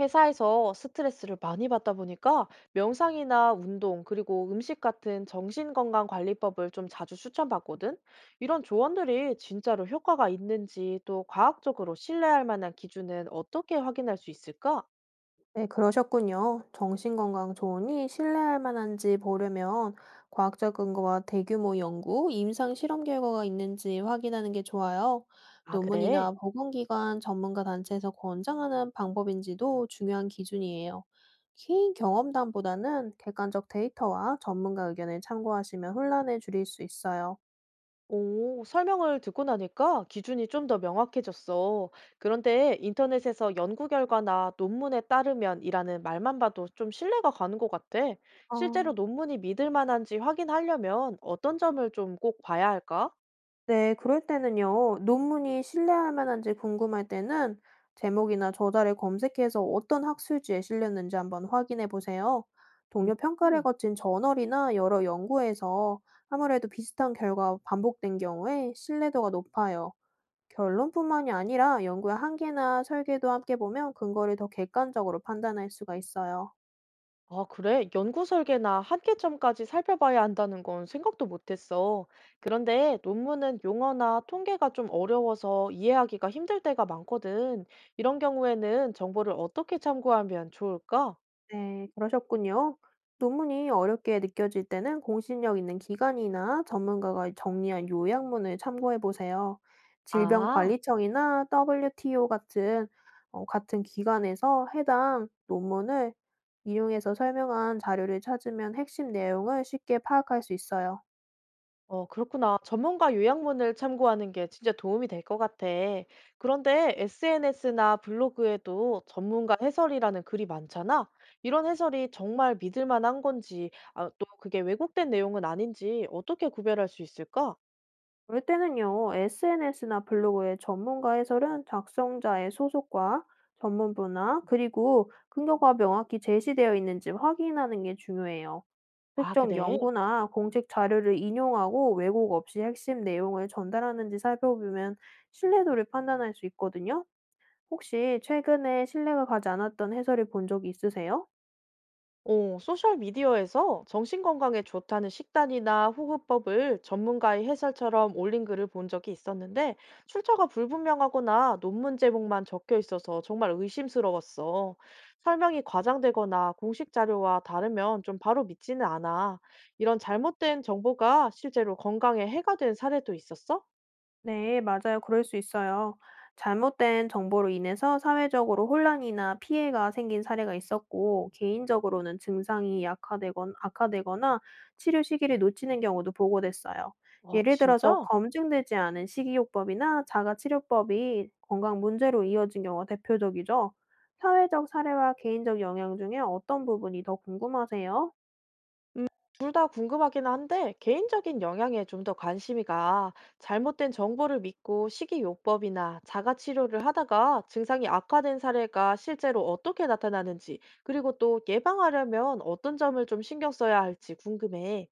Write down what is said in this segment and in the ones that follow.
회사에서 스트레스를 많이 받다 보니까 명상이나 운동, 그리고 음식 같은 정신건강관리법을 좀 자주 추천받거든? 이런 조언들이 진짜로 효과가 있는지 또 과학적으로 신뢰할 만한 기준은 어떻게 확인할 수 있을까? 네, 그러셨군요. 정신건강 조언이 신뢰할 만한지 보려면 과학적 근거와 대규모 연구, 임상 실험 결과가 있는지 확인하는 게 좋아요. 아, 그래. 논문이나 보건기관 전문가 단체에서 권장하는 방법인지도 중요한 기준이에요. 개인 경험담보다는 객관적 데이터와 전문가 의견을 참고하시면 혼란을 줄일 수 있어요. 오, 설명을 듣고 나니까 기준이 좀 더 명확해졌어. 그런데 인터넷에서 연구 결과나 논문에 따르면이라는 말만 봐도 좀 신뢰가 가는 것 같아. 실제로 어, 논문이 믿을 만한지 확인하려면 어떤 점을 좀 꼭 봐야 할까? 네. 그럴 때는요. 논문이 신뢰할 만한지 궁금할 때는 제목이나 저자를 검색해서 어떤 학술지에 실렸는지 한번 확인해 보세요. 동료 평가를 음. 거친 저널이나 여러 연구에서 아무래도 비슷한 결과가 반복된 경우에 신뢰도가 높아요. 결론뿐만이 아니라 연구의 한계나 설계도 함께 보면 근거를 더 객관적으로 판단할 수가 있어요. 아, 그래? 연구 설계나 한계점까지 살펴봐야 한다는 건 생각도 못했어. 그런데 논문은 용어나 통계가 좀 어려워서 이해하기가 힘들 때가 많거든. 이런 경우에는 정보를 어떻게 참고하면 좋을까? 네, 그러셨군요. 논문이 어렵게 느껴질 때는 공신력 있는 기관이나 전문가가 정리한 요약문을 참고해 보세요. 아. 질병관리청이나 WTO 같은 기관에서 해당 논문을 인용해서 설명한 자료를 찾으면 핵심 내용을 쉽게 파악할 수 있어요. 어, 그렇구나. 전문가 요약문을 참고하는 게 진짜 도움이 될 것 같아. 그런데 SNS나 블로그에도 전문가 해설이라는 글이 많잖아. 이런 해설이 정말 믿을 만한 건지, 아, 또 그게 왜곡된 내용은 아닌지 어떻게 구별할 수 있을까? 그럴 때는요, SNS나 블로그의 전문가 해설은 작성자의 소속과 전문 분야, 그리고 근거가 명확히 제시되어 있는지 확인하는 게 중요해요. 아, 특정 그래. 연구나 공식 자료를 인용하고 왜곡 없이 핵심 내용을 전달하는지 살펴보면 신뢰도를 판단할 수 있거든요. 혹시 최근에 신뢰가 가지 않았던 해설을 본 적이 있으세요? 어, 소셜미디어에서 정신건강에 좋다는 식단이나 호흡법을 전문가의 해설처럼 올린 글을 본 적이 있었는데, 출처가 불분명하거나 논문 제목만 적혀 있어서 정말 의심스러웠어. 설명이 과장되거나 공식 자료와 다르면 좀 바로 믿지는 않아. 이런 잘못된 정보가 실제로 건강에 해가 된 사례도 있었어? 네, 맞아요. 그럴 수 있어요. 잘못된 정보로 인해서 사회적으로 혼란이나 피해가 생긴 사례가 있었고, 개인적으로는 증상이 약화되건, 악화되거나 치료 시기를 놓치는 경우도 보고됐어요. 아, 예를 들어서 진짜? 검증되지 않은 식이요법이나 자가치료법이 건강 문제로 이어진 경우가 대표적이죠. 사회적 사례와 개인적 영향 중에 어떤 부분이 더 궁금하세요? 둘 다 궁금하긴 한데 개인적인 영향에 좀 더 관심이 가. 잘못된 정보를 믿고 식이요법이나 자가치료를 하다가 증상이 악화된 사례가 실제로 어떻게 나타나는지, 그리고 또 예방하려면 어떤 점을 좀 신경 써야 할지 궁금해.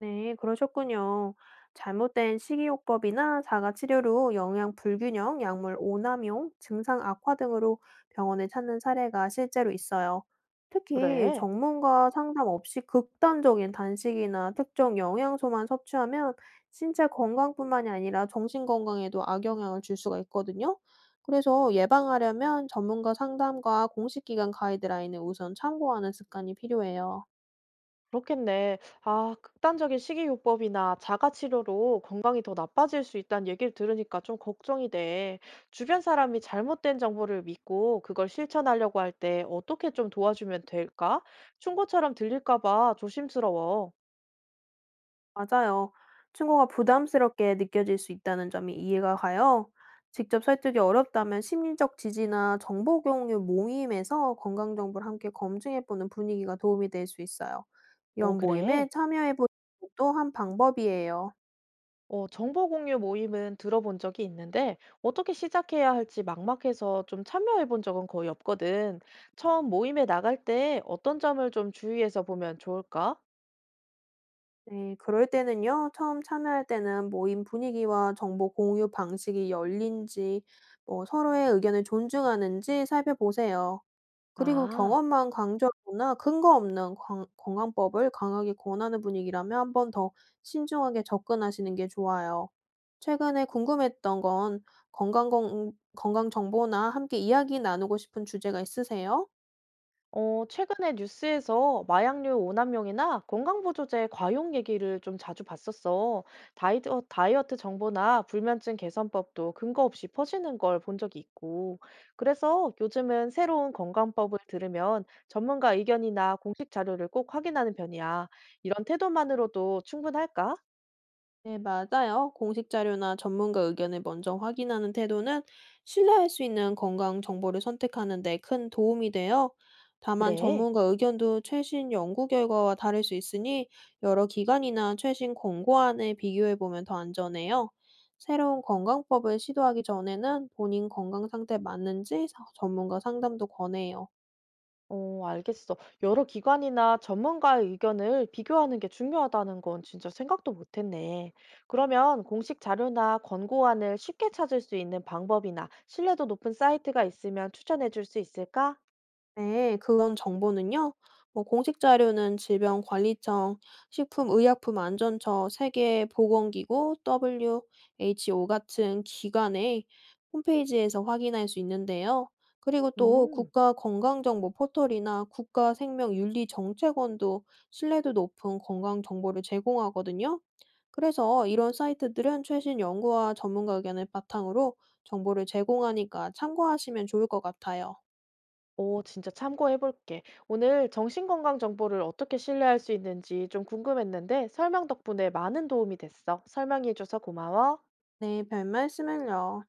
네, 그러셨군요. 잘못된 식이요법이나 자가치료로 영양 불균형, 약물 오남용, 증상 악화 등으로 병원을 찾는 사례가 실제로 있어요. 특히 그래. 전문가 상담 없이 극단적인 단식이나 특정 영양소만 섭취하면 신체 건강뿐만이 아니라 정신 건강에도 악영향을 줄 수가 있거든요. 그래서 예방하려면 전문가 상담과 공식 기관 가이드라인을 우선 참고하는 습관이 필요해요. 그렇겠네. 아, 극단적인 식이요법이나 자가치료로 건강이 더 나빠질 수 있다는 얘기를 들으니까 좀 걱정이 돼. 주변 사람이 잘못된 정보를 믿고 그걸 실천하려고 할 때 어떻게 좀 도와주면 될까? 충고처럼 들릴까 봐 조심스러워. 맞아요. 친구가 부담스럽게 느껴질 수 있다는 점이 이해가 가요. 직접 설득이 어렵다면 심리적 지지나 정보 공유 모임에서 건강 정보를 함께 검증해보는 분위기가 도움이 될 수 있어요. 오, 이런 그래. 모임에 참여해보는 것도 한 방법이에요. 어, 정보 공유 모임은 들어본 적이 있는데 어떻게 시작해야 할지 막막해서 좀 참여해 본 적은 거의 없거든. 처음 모임에 나갈 때 어떤 점을 좀 주의해서 보면 좋을까? 네, 그럴 때는요, 처음 참여할 때는 모임 분위기와 정보 공유 방식이 열린지, 뭐 서로의 의견을 존중하는지 살펴보세요. 그리고 아. 경험만 강조하거나 근거 없는 건강법을 강하게 권하는 분위기라면 한번 더 신중하게 접근하시는 게 좋아요. 최근에 궁금했던 건 건강 정보나 함께 이야기 나누고 싶은 주제가 있으세요? 어, 최근에 뉴스에서 마약류 오남용이나 건강보조제 과용 얘기를 좀 자주 봤었어. 다이어, 다이어트 정보나 불면증 개선법도 근거 없이 퍼지는 걸 본 적이 있고. 그래서 요즘은 새로운 건강법을 들으면 전문가 의견이나 공식 자료를 꼭 확인하는 편이야. 이런 태도만으로도 충분할까? 네, 맞아요. 공식 자료나 전문가 의견을 먼저 확인하는 태도는 신뢰할 수 있는 건강 정보를 선택하는 데 큰 도움이 돼요. 다만 그래. 전문가 의견도 최신 연구 결과와 다를 수 있으니 여러 기관이나 최신 권고안을 비교해 보면 더 안전해요. 새로운 건강법을 시도하기 전에는 본인 건강 상태에 맞는지 전문가 상담도 권해요. 어, 알겠어. 여러 기관이나 전문가의 의견을 비교하는 게 중요하다는 건 진짜 생각도 못했네. 그러면 공식 자료나 권고안을 쉽게 찾을 수 있는 방법이나 신뢰도 높은 사이트가 있으면 추천해 줄 수 있을까? 네, 그런 정보는요. 뭐 공식 자료는 질병관리청, 식품의약품안전처, 세계보건기구, WHO 같은 기관의 홈페이지에서 확인할 수 있는데요. 그리고 또 음, 국가건강정보 포털이나 국가생명윤리정책원도 신뢰도 높은 건강 정보를 제공하거든요. 그래서 이런 사이트들은 최신 연구와 전문가 의견을 바탕으로 정보를 제공하니까 참고하시면 좋을 것 같아요. 오, 진짜 참고해 볼게. 오늘 정신건강 정보를 어떻게 신뢰할 수 있는지 좀 궁금했는데 설명 덕분에 많은 도움이 됐어. 설명해 줘서 고마워. 네, 별말씀을요.